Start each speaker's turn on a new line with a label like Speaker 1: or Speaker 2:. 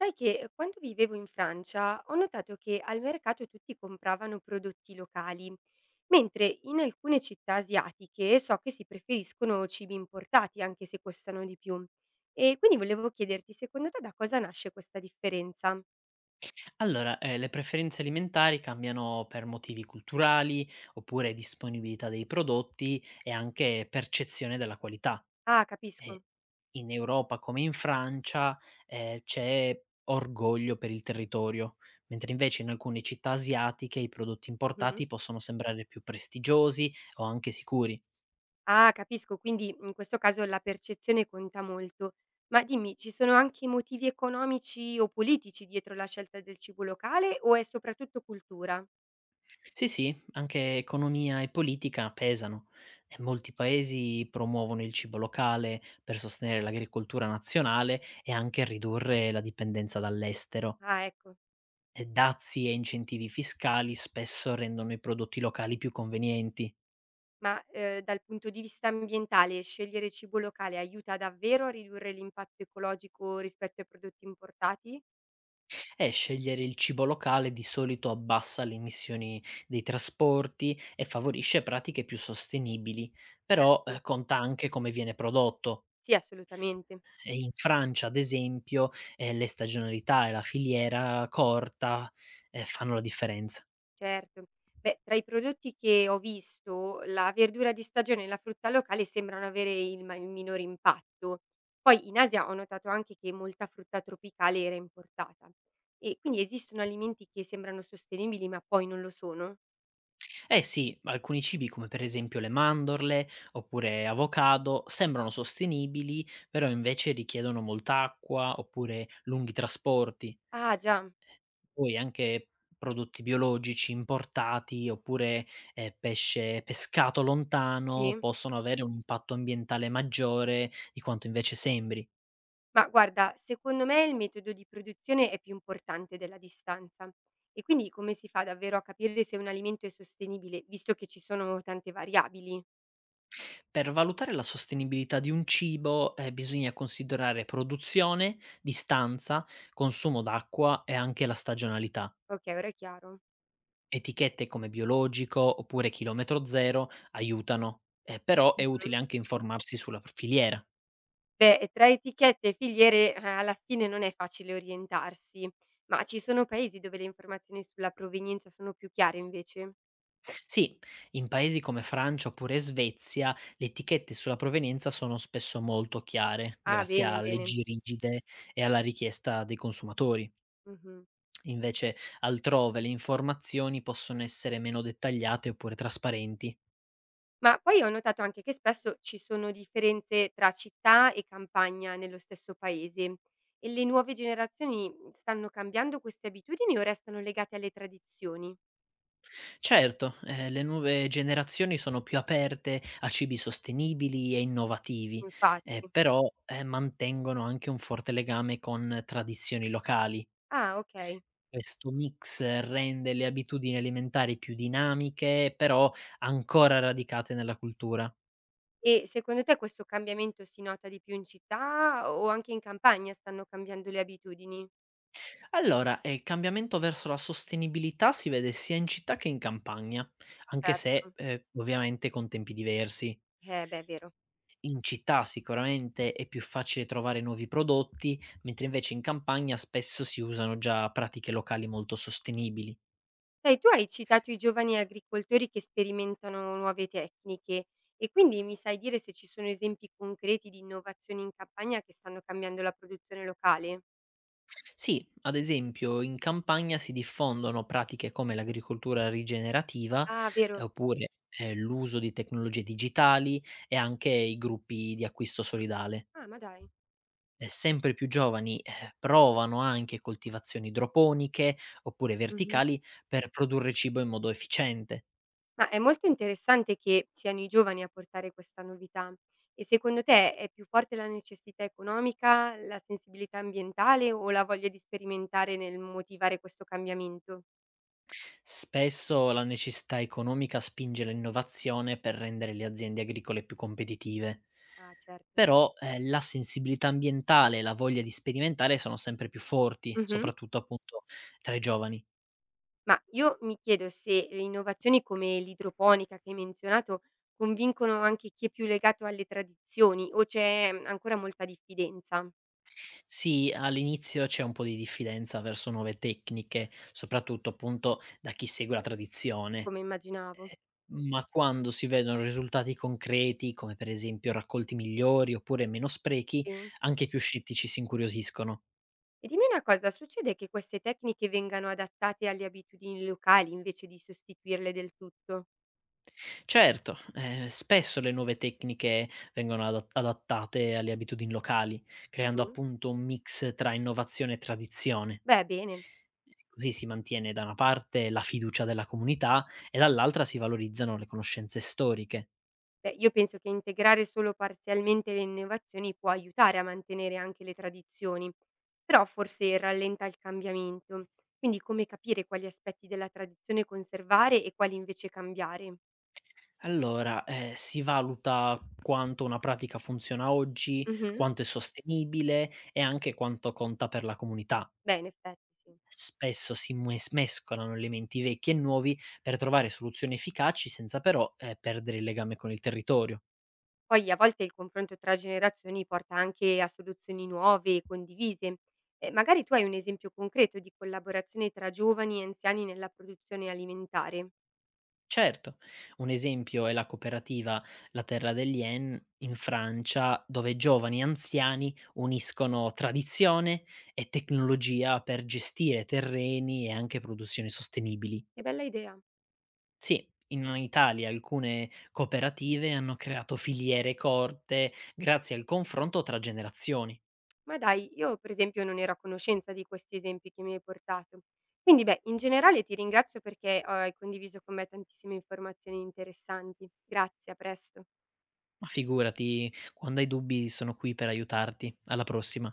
Speaker 1: Sai che quando vivevo in Francia ho notato che al mercato tutti compravano prodotti locali, mentre in alcune città asiatiche so che si preferiscono cibi importati anche se costano di più. E quindi volevo chiederti, secondo te da cosa nasce questa differenza?
Speaker 2: Allora, le preferenze alimentari cambiano per motivi culturali, oppure disponibilità dei prodotti e anche percezione della qualità.
Speaker 1: Ah,
Speaker 2: E
Speaker 1: capisco.
Speaker 2: in Europa come in Francia, c'è orgoglio per il territorio, mentre invece in alcune città asiatiche i prodotti
Speaker 1: Mhm.
Speaker 2: importati possono sembrare più prestigiosi o anche sicuri.
Speaker 1: Ah, capisco, quindi in questo caso la percezione conta molto. Ma dimmi, ci sono anche motivi economici o politici dietro la scelta del cibo locale o è soprattutto cultura?
Speaker 2: Sì, sì, anche economia e politica pesano e molti paesi promuovono il cibo locale per sostenere l'agricoltura nazionale e anche ridurre la dipendenza dall'estero.
Speaker 1: Ah, ecco.
Speaker 2: E dazi e incentivi fiscali spesso rendono i prodotti locali più convenienti
Speaker 1: Ma, dal punto di vista ambientale, scegliere cibo locale aiuta davvero a ridurre l'impatto ecologico rispetto ai prodotti importati?
Speaker 2: e scegliere il cibo locale di solito abbassa le emissioni dei trasporti e favorisce pratiche più sostenibili, però
Speaker 1: Certo.
Speaker 2: conta anche come viene prodotto.
Speaker 1: Sì, assolutamente,
Speaker 2: E in Francia, ad esempio, le stagionalità e la filiera corta, fanno la differenza.
Speaker 1: certo. Beh, tra i prodotti che ho visto, la verdura di stagione e la frutta locale sembrano avere il minore impatto. Poi in Asia ho notato anche che molta frutta tropicale era importata. E quindi esistono alimenti che sembrano sostenibili ma poi non lo sono?
Speaker 2: Eh sì, alcuni cibi come per esempio le mandorle, oppure avocado, sembrano sostenibili, però invece richiedono molta acqua, oppure lunghi trasporti.
Speaker 1: Ah già,
Speaker 2: Poi anche prodotti biologici importati, oppure, pesce pescato lontano,
Speaker 1: sì.
Speaker 2: possono avere un impatto ambientale maggiore di quanto invece sembri.
Speaker 1: Ma guarda, secondo me il metodo di produzione è più importante della distanza. E quindi come si fa davvero a capire se un alimento è sostenibile, visto che ci sono tante variabili?
Speaker 2: Per valutare la sostenibilità di un cibo, bisogna considerare produzione, distanza, consumo d'acqua e anche la stagionalità.
Speaker 1: Ok, ora è chiaro.
Speaker 2: Etichette come biologico oppure chilometro zero aiutano, però è
Speaker 1: Mhm.
Speaker 2: utile anche informarsi sulla filiera.
Speaker 1: Beh, tra etichette e filiere alla fine non è facile orientarsi, ma ci sono paesi dove le informazioni sulla provenienza sono più chiare invece?
Speaker 2: Sì, in paesi come Francia oppure Svezia le etichette sulla provenienza sono spesso molto chiare,
Speaker 1: Ah,
Speaker 2: grazie
Speaker 1: bene,
Speaker 2: a
Speaker 1: bene.
Speaker 2: leggi rigide e alla richiesta dei consumatori.
Speaker 1: Mhm.
Speaker 2: Invece altrove le informazioni possono essere meno dettagliate oppure trasparenti.
Speaker 1: Ma poi ho notato anche che spesso ci sono differenze tra città e campagna nello stesso paese e le nuove generazioni stanno cambiando queste abitudini o restano legate alle tradizioni?
Speaker 2: Certo, le nuove generazioni sono più aperte a cibi sostenibili e innovativi, eh,
Speaker 1: Infatti.
Speaker 2: però eh, mantengono anche un forte legame con tradizioni locali.
Speaker 1: Ah, ok.
Speaker 2: Questo mix rende le abitudini alimentari più dinamiche, però ancora radicate nella cultura.
Speaker 1: E secondo te questo cambiamento si nota di più in città o anche in campagna stanno cambiando le abitudini?
Speaker 2: Allora, il cambiamento verso la sostenibilità si vede sia in città che in campagna, anche se
Speaker 1: Certo.
Speaker 2: ovviamente con tempi diversi.
Speaker 1: Beh, è vero.
Speaker 2: In città sicuramente è più facile trovare nuovi prodotti, mentre invece in campagna spesso si usano già pratiche locali molto sostenibili.
Speaker 1: Sai, tu hai citato i giovani agricoltori che sperimentano nuove tecniche e quindi mi sai dire se ci sono esempi concreti di innovazioni in campagna che stanno cambiando la produzione locale?
Speaker 2: Sì, ad esempio in campagna si diffondono pratiche come l'agricoltura rigenerativa,
Speaker 1: Ah,
Speaker 2: eh,
Speaker 1: vero.
Speaker 2: oppure eh, l'uso di tecnologie digitali e anche i gruppi di acquisto solidale.
Speaker 1: Ah, ma dai.
Speaker 2: Sempre più giovani, provano anche coltivazioni idroponiche oppure
Speaker 1: Mhm.
Speaker 2: verticali per produrre cibo in modo efficiente.
Speaker 1: Ma è molto interessante che siano i giovani a portare questa novità. E secondo te è più forte la necessità economica, la sensibilità ambientale o la voglia di sperimentare nel motivare questo cambiamento?
Speaker 2: Spesso la necessità economica spinge l'innovazione per rendere le aziende agricole più competitive.
Speaker 1: Ah, certo.
Speaker 2: Però, la sensibilità ambientale e la voglia di sperimentare sono sempre più forti,
Speaker 1: Mhm.
Speaker 2: soprattutto appunto tra i giovani.
Speaker 1: Ma io mi chiedo se le innovazioni come l'idroponica che hai menzionato convincono anche chi è più legato alle tradizioni o c'è ancora molta diffidenza,
Speaker 2: Sì, all'inizio c'è un po' di diffidenza verso nuove tecniche, soprattutto appunto da chi segue la tradizione.
Speaker 1: come immaginavo.
Speaker 2: Ma quando si vedono risultati concreti, come per esempio raccolti migliori oppure meno sprechi,
Speaker 1: Sì.
Speaker 2: anche i più scettici si incuriosiscono.
Speaker 1: E dimmi una cosa, succede che queste tecniche vengano adattate alle abitudini locali invece di sostituirle del tutto?
Speaker 2: Certo, spesso le nuove tecniche vengono adattate alle abitudini locali, creando
Speaker 1: Mh-mh.
Speaker 2: appunto un mix tra innovazione e tradizione.
Speaker 1: Beh, bene.
Speaker 2: Così si mantiene da una parte la fiducia della comunità e dall'altra si valorizzano le conoscenze storiche.
Speaker 1: Beh, io penso che integrare solo parzialmente le innovazioni può aiutare a mantenere anche le tradizioni, però forse rallenta il cambiamento. Quindi come capire quali aspetti della tradizione conservare e quali invece cambiare?
Speaker 2: Allora, si valuta quanto una pratica funziona oggi,
Speaker 1: Mhm.
Speaker 2: quanto è sostenibile e anche quanto conta per la comunità.
Speaker 1: Beh, in effetti sì.
Speaker 2: Spesso si mues mescolano elementi vecchi e nuovi per trovare soluzioni efficaci senza però, perdere il legame con il territorio.
Speaker 1: Poi a volte il confronto tra generazioni porta anche a soluzioni nuove e condivise. Magari tu hai un esempio concreto di collaborazione tra giovani e anziani nella produzione alimentare.
Speaker 2: Certo, un esempio è la cooperativa La Terra degli En in Francia, dove giovani e anziani uniscono tradizione e tecnologia per gestire terreni e anche produzioni sostenibili.
Speaker 1: Che bella idea!
Speaker 2: Sì, in Italia alcune cooperative hanno creato filiere corte grazie al confronto tra generazioni.
Speaker 1: Ma dai, io per esempio non ero a conoscenza di questi esempi che mi hai portato. Quindi, beh, in generale ti ringrazio perché hai condiviso con me tantissime informazioni interessanti. Grazie, a presto.
Speaker 2: Ma figurati, quando hai dubbi sono qui per aiutarti. Alla prossima.